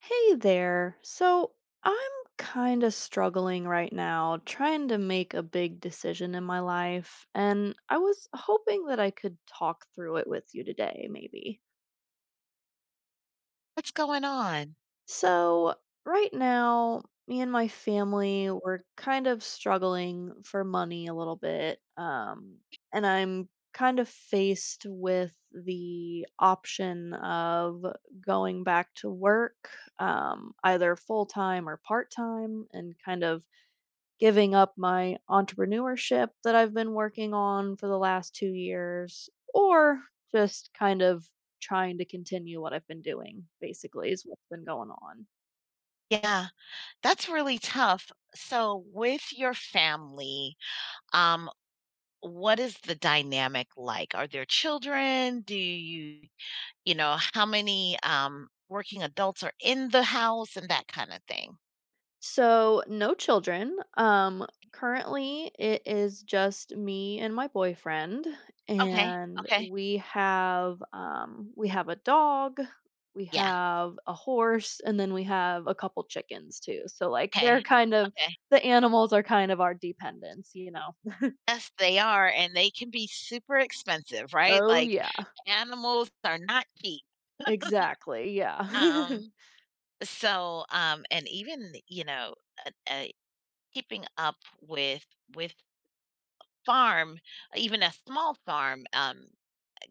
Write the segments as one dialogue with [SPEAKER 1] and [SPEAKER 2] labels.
[SPEAKER 1] Hey there. I'm kind of struggling right now, trying to make a big decision in my life, and I was hoping that I could talk through it with you today, maybe.
[SPEAKER 2] What's going on?
[SPEAKER 1] So, right now, me and my family, we're kind of struggling for money a little bit. And I'm kind of faced with the option of going back to work, either full time or part time, and kind of giving up my entrepreneurship that I've been working on for the last 2 years, or just kind of trying to continue what I've been doing, basically, is what's been going on.
[SPEAKER 2] Yeah, that's really tough. So with your family, um, what is the dynamic like? Are there children? Do you know, how many, working adults are in the house and that kinda thing?
[SPEAKER 1] So, no children. Currently, it is just me and my boyfriend,
[SPEAKER 2] Okay,
[SPEAKER 1] and
[SPEAKER 2] okay.
[SPEAKER 1] we have a dog, we
[SPEAKER 2] Yeah,
[SPEAKER 1] have a horse, and then we have a couple chickens too. So, like,
[SPEAKER 2] okay, okay.
[SPEAKER 1] the animals are kind of our dependents, you know.
[SPEAKER 2] Yes, they are, and they can be super expensive, right?
[SPEAKER 1] Oh
[SPEAKER 2] Like,
[SPEAKER 1] yeah,
[SPEAKER 2] animals are not cheap.
[SPEAKER 1] exactly. Yeah,
[SPEAKER 2] Um, so, and even, you know, uh, uh, keeping up with farm, even a small farm,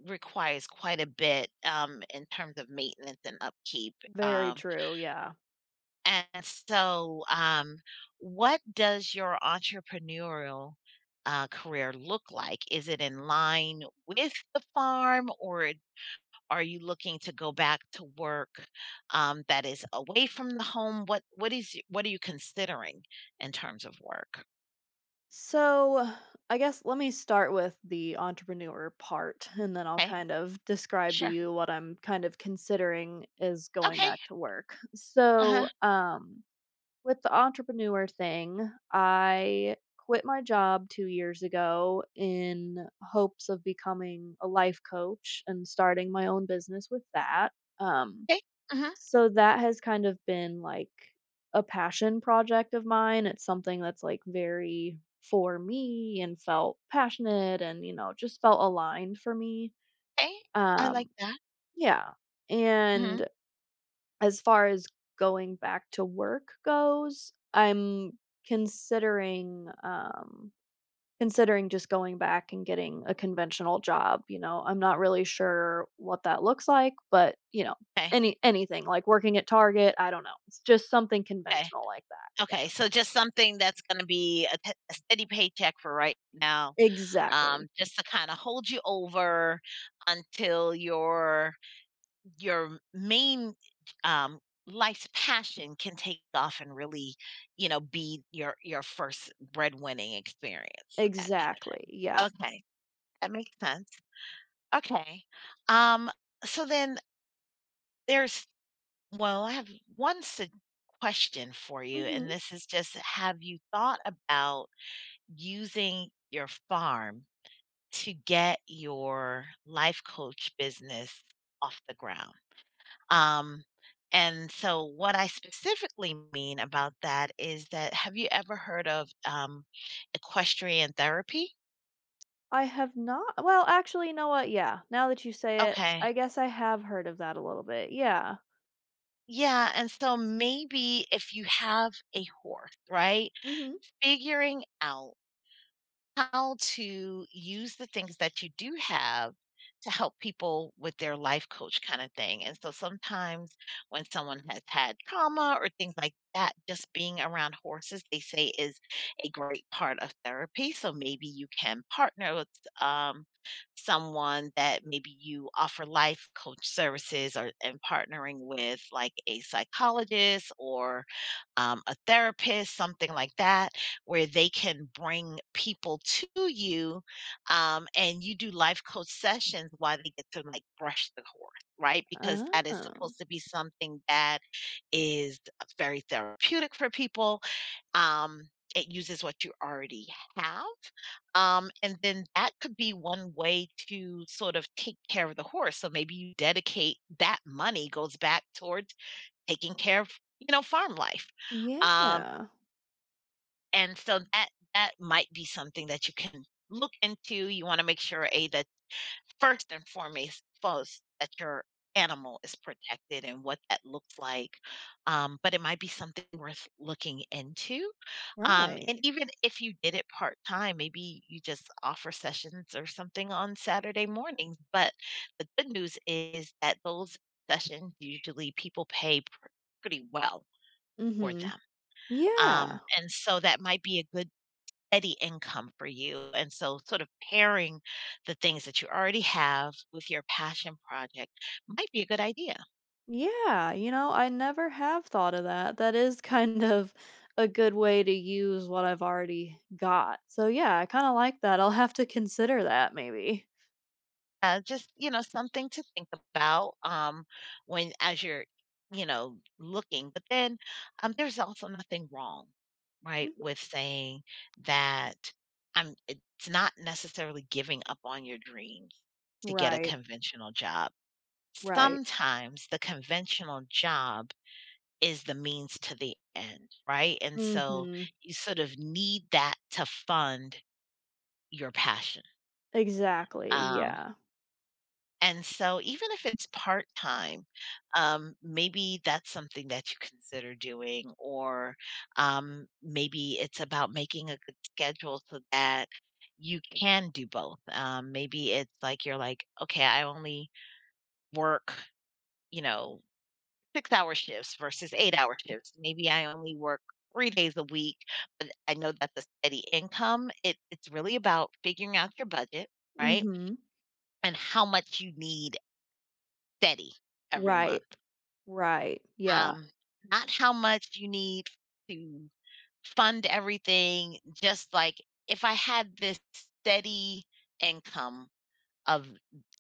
[SPEAKER 2] requires quite a bit, in terms of maintenance and upkeep.
[SPEAKER 1] very
[SPEAKER 2] Um,
[SPEAKER 1] true. Yeah.
[SPEAKER 2] and so, what does your entrepreneurial career look like? Is it in line with the farm, or are you looking to go back to work that is away from the home? What are you considering in terms of work?
[SPEAKER 1] So, I guess let me start with the entrepreneur part and then I'll
[SPEAKER 2] Okay,
[SPEAKER 1] kind of describe to
[SPEAKER 2] sure.
[SPEAKER 1] you what I'm kind of considering is going
[SPEAKER 2] Okay.
[SPEAKER 1] back to work.
[SPEAKER 2] Uh huh.
[SPEAKER 1] With the entrepreneur thing, I quit my job 2 years ago in hopes of becoming a life coach and starting my own business with that. Um,
[SPEAKER 2] Okay. Mhm.
[SPEAKER 1] so that has kind of been like a passion project of mine. It's something that's like very for me and felt passionate, and you know just felt aligned for me.
[SPEAKER 2] Okay, I
[SPEAKER 1] Um,
[SPEAKER 2] like that.
[SPEAKER 1] yeah.
[SPEAKER 2] Mhm.
[SPEAKER 1] And as far as going back to work goes, I'm considering um Considering just going back and getting a conventional job. You know, I'm not really sure what that looks like, but, you know,
[SPEAKER 2] Okay,
[SPEAKER 1] anything, like working at Target, I don't know. It's just something
[SPEAKER 2] okay,
[SPEAKER 1] conventional like that.
[SPEAKER 2] okay, so just something that's gonna be a steady paycheck for right now,
[SPEAKER 1] Yeah. Exactly.
[SPEAKER 2] just to kinda hold you over until your main, um, life's passion can take off and really, you know, be your first breadwinning experience, so that kinda.
[SPEAKER 1] Exactly, yeah.
[SPEAKER 2] Okay, that makes sense. Okay, um, so then there's I have one sug question for you, and
[SPEAKER 1] Mhm.
[SPEAKER 2] this is just have you thought about using your farm to get your life coach business off the ground? Um, and so what I specifically mean about that is that have you ever heard of equestrian therapy?
[SPEAKER 1] I have not. Well, actually, you know what? Yeah, now that you say it,
[SPEAKER 2] Okay.
[SPEAKER 1] I guess I have heard of that a little bit, yeah.
[SPEAKER 2] Yeah, and so maybe if you have a horse, right?
[SPEAKER 1] Mhm.
[SPEAKER 2] Figuring out how to use the things that you do have to help people with their life coach kind of thing. And so sometimes when someone has had trauma or things like that, just being around horses, they say is a great part of therapy. So maybe you can partner with um, someone that maybe you offer life coach services or and partnering with like a psychologist or a therapist, something like that, where they can bring people to you and you do life coach sessions while they get to like brush the horse, right? Because that is
[SPEAKER 1] Oh.
[SPEAKER 2] supposed to be something that is very therapeutic for people. Um, it uses what you already have. And then that could be one way to sort of take care of the horse. So maybe you dedicate that money goes back towards taking care of, you know, farm life. Um,
[SPEAKER 1] Yeah.
[SPEAKER 2] and so that might be something that you can look into. You want to make sure a that first and foremost that your animal is protected and what that looks like, but it might be something worth looking into,
[SPEAKER 1] Right.
[SPEAKER 2] and even if you did it part-time, maybe you just offer sessions or something on Saturday mornings. But the good news is that those sessions usually people pretty well for
[SPEAKER 1] Mhm.
[SPEAKER 2] them,
[SPEAKER 1] Yeah.
[SPEAKER 2] and so that might be a good steady income for you. And so, sort of pairing the things that you already have with your passion project might be a good idea.
[SPEAKER 1] Yeah, you know, I never have thought of that. That is, kind of a good way to use what I've already got. So, yeah, I kind of like that. I'll have to consider that maybe.
[SPEAKER 2] Just you know, something to think about, when as you're you know looking. But then, there's also nothing wrong, right,
[SPEAKER 1] Mhm.
[SPEAKER 2] with saying that I'm. it's not necessarily giving up on your dreams to get a
[SPEAKER 1] Right,
[SPEAKER 2] conventional job.
[SPEAKER 1] right.
[SPEAKER 2] Sometimes the conventional job is the means to the end, right? And so
[SPEAKER 1] Mm-hmm.
[SPEAKER 2] you sort of need that to fund your passion.
[SPEAKER 1] Exactly.
[SPEAKER 2] Um,
[SPEAKER 1] Yeah.
[SPEAKER 2] and so even if it's part time, maybe that's something that you consider doing, or maybe it's about making a good schedule so that you can do both. Maybe it's like you're like, okay, I only work, you know, 6-hour shifts versus 8-hour shifts. Maybe I only work 3 days a week, but I know that's a steady income. It's really about figuring out your budget, right,
[SPEAKER 1] Mm-hmm.
[SPEAKER 2] and how much you need steady every
[SPEAKER 1] Right.
[SPEAKER 2] month.
[SPEAKER 1] Right. Yeah.
[SPEAKER 2] Um, Not how much you need to fund everything, just like, if I had this steady income of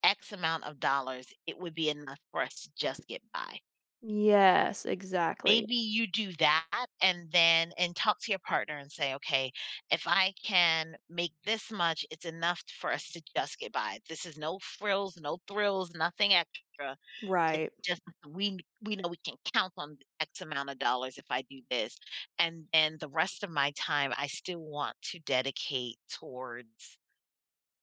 [SPEAKER 2] X amount of dollars, it would be enough for us to just get by.
[SPEAKER 1] Yes, exactly.
[SPEAKER 2] Maybe you do that and then and talk to your partner and say, "Okay, if I can make this much, it's enough for us to just get by. This is no frills, no thrills, nothing extra. It's
[SPEAKER 1] Right.
[SPEAKER 2] just we know we can count on X amount of dollars if I do this. And then the rest of my time, I still want to dedicate towards,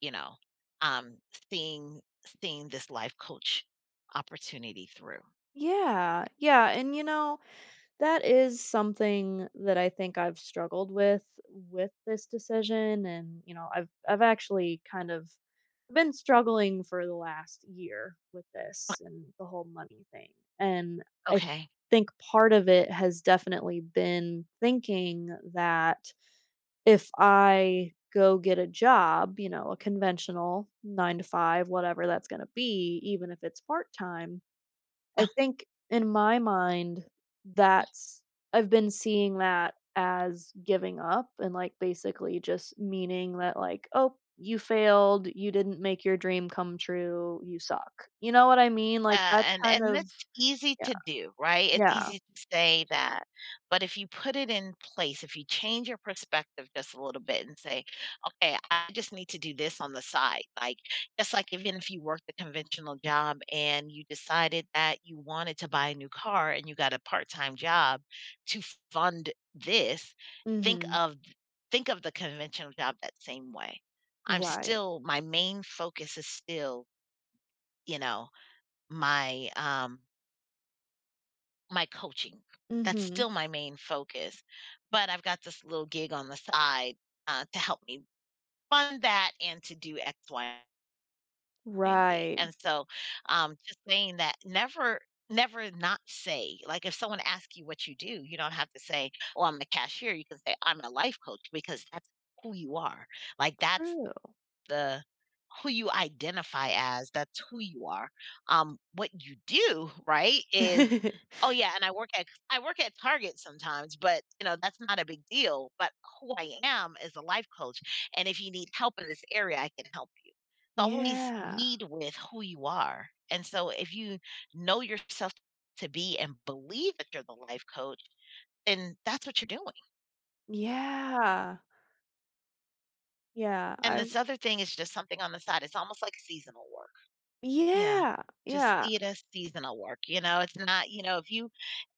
[SPEAKER 2] you know, um, seeing seeing this life coach opportunity through."
[SPEAKER 1] Yeah. Yeah. And you know, that is something that I think I've struggled with this decision, and, you know, I've actually kind of been struggling for the last year with this and the whole money thing, and I
[SPEAKER 2] Okay.
[SPEAKER 1] think part of it has definitely been thinking that if I go get a job, you know, a conventional 9 to 5, whatever that's gonna be, even if it's part-time, I think in my mind, that's I've been seeing that as giving up and, like, basically just meaning that, like, "Oh, you failed, you didn't make your dream come true, you suck." You know what I mean? Like, that's
[SPEAKER 2] Yeah,
[SPEAKER 1] kind
[SPEAKER 2] and that's
[SPEAKER 1] of
[SPEAKER 2] easy
[SPEAKER 1] yeah,
[SPEAKER 2] to do, right? It's
[SPEAKER 1] yeah.
[SPEAKER 2] easy to say that, but if you put it in place, if you change your perspective just a little bit and say, "Okay, I just need to do this on the side," like just like even if you worked a conventional job and you decided that you wanted to buy a new car and you got a part-time job to fund this, think
[SPEAKER 1] Mhm.
[SPEAKER 2] of think of the conventional job that same way. I'm
[SPEAKER 1] Right.
[SPEAKER 2] still, my main focus is still, you know, my my coaching. That's
[SPEAKER 1] Mhm.
[SPEAKER 2] still my main focus, but I've got this little gig on the side, to help me fund that and to do X, Y, and Z.
[SPEAKER 1] Right.
[SPEAKER 2] And so, just saying that, never not say, like, if someone asks you what you do, you don't have to say, "Oh, I'm a cashier." You can say, "I'm a life coach," because that's who you are. Like, that's
[SPEAKER 1] True.
[SPEAKER 2] the who you identify as, that's who you are. What you do, right, is, "Oh, yeah, and I work at Target sometimes, but, you know, that's not a big deal, but who I am is a life coach, and if you need help in this area, I can help you." So always
[SPEAKER 1] Yeah.
[SPEAKER 2] lead with who you are, and so if you know yourself to be and believe that you're the life coach, then that's what you're doing,
[SPEAKER 1] Yeah. Yeah.
[SPEAKER 2] and
[SPEAKER 1] I
[SPEAKER 2] this other thing is just something on the side, it's almost like seasonal work. Yeah.
[SPEAKER 1] yeah.
[SPEAKER 2] Just
[SPEAKER 1] Yeah.
[SPEAKER 2] see it as seasonal work, you know? It's not, you know, if you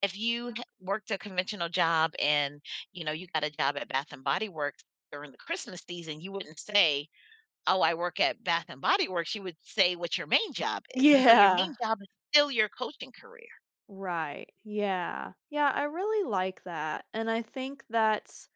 [SPEAKER 2] worked a conventional job and, you know, you got a job at Bath and Body Works during the Christmas season, you wouldn't say, "Oh, I work at Bath and Body Works." You would say what your main job is. And so your
[SPEAKER 1] Yeah.
[SPEAKER 2] main job is still your coaching career,
[SPEAKER 1] Right. Yeah. Yeah, I really like that. And I think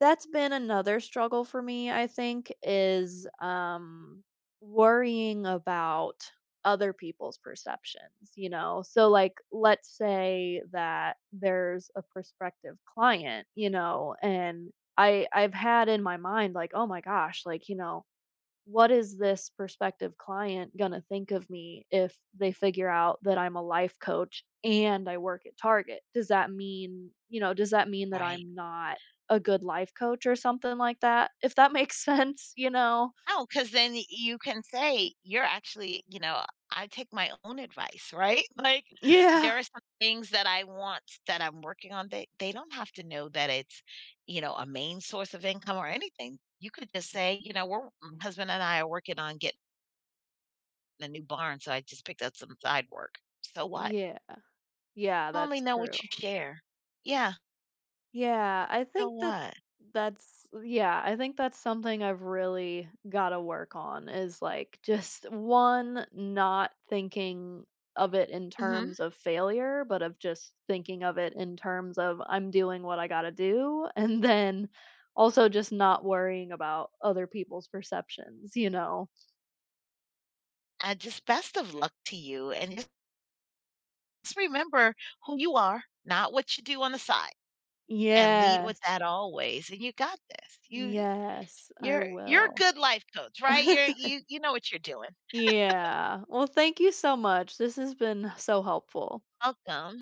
[SPEAKER 1] that's been another struggle for me, I think, is worrying about other people's perceptions, you know. So like let's say that there's a prospective client, you know, and I've had in my mind like, oh my gosh, like, you know, what is this prospective client gonna think of me if they figure out that I'm a life coach and I work at Target? Does that mean, you know, does that mean that
[SPEAKER 2] right?
[SPEAKER 1] I'm not a good life coach or something like that? If that makes sense, you know?
[SPEAKER 2] No, because then y you can say, "You're actually," you know, I take my own advice, right? Like,
[SPEAKER 1] Yeah.
[SPEAKER 2] there are some things that I want that I'm working on, they don't have to know that it's, you know, a main source of income or anything. You could just say, "You know, we're my husband and I are working on getting a new barn, so I just picked up some side work." So what?
[SPEAKER 1] Yeah. Yeah,
[SPEAKER 2] Only
[SPEAKER 1] that's
[SPEAKER 2] know
[SPEAKER 1] true.
[SPEAKER 2] what you share. Yeah,
[SPEAKER 1] Yeah, I
[SPEAKER 2] so
[SPEAKER 1] think that
[SPEAKER 2] what?
[SPEAKER 1] that's yeah, I think that's something I've really got to work on is like just one not thinking of it in
[SPEAKER 2] Mhm.
[SPEAKER 1] terms of failure, but of just thinking of it in terms of I'm doing what I got to do and then also just not worrying about other people's perceptions, you know.
[SPEAKER 2] And just best of luck to you, and just remember who you are, not what you do on the side. And lead with
[SPEAKER 1] Yes.
[SPEAKER 2] that always, and you got this.
[SPEAKER 1] Yes, I
[SPEAKER 2] You're a
[SPEAKER 1] will.
[SPEAKER 2] good life coach, right? You know what you're doing.
[SPEAKER 1] Yeah. Well, thank you so much. This has been so helpful.
[SPEAKER 2] Welcome.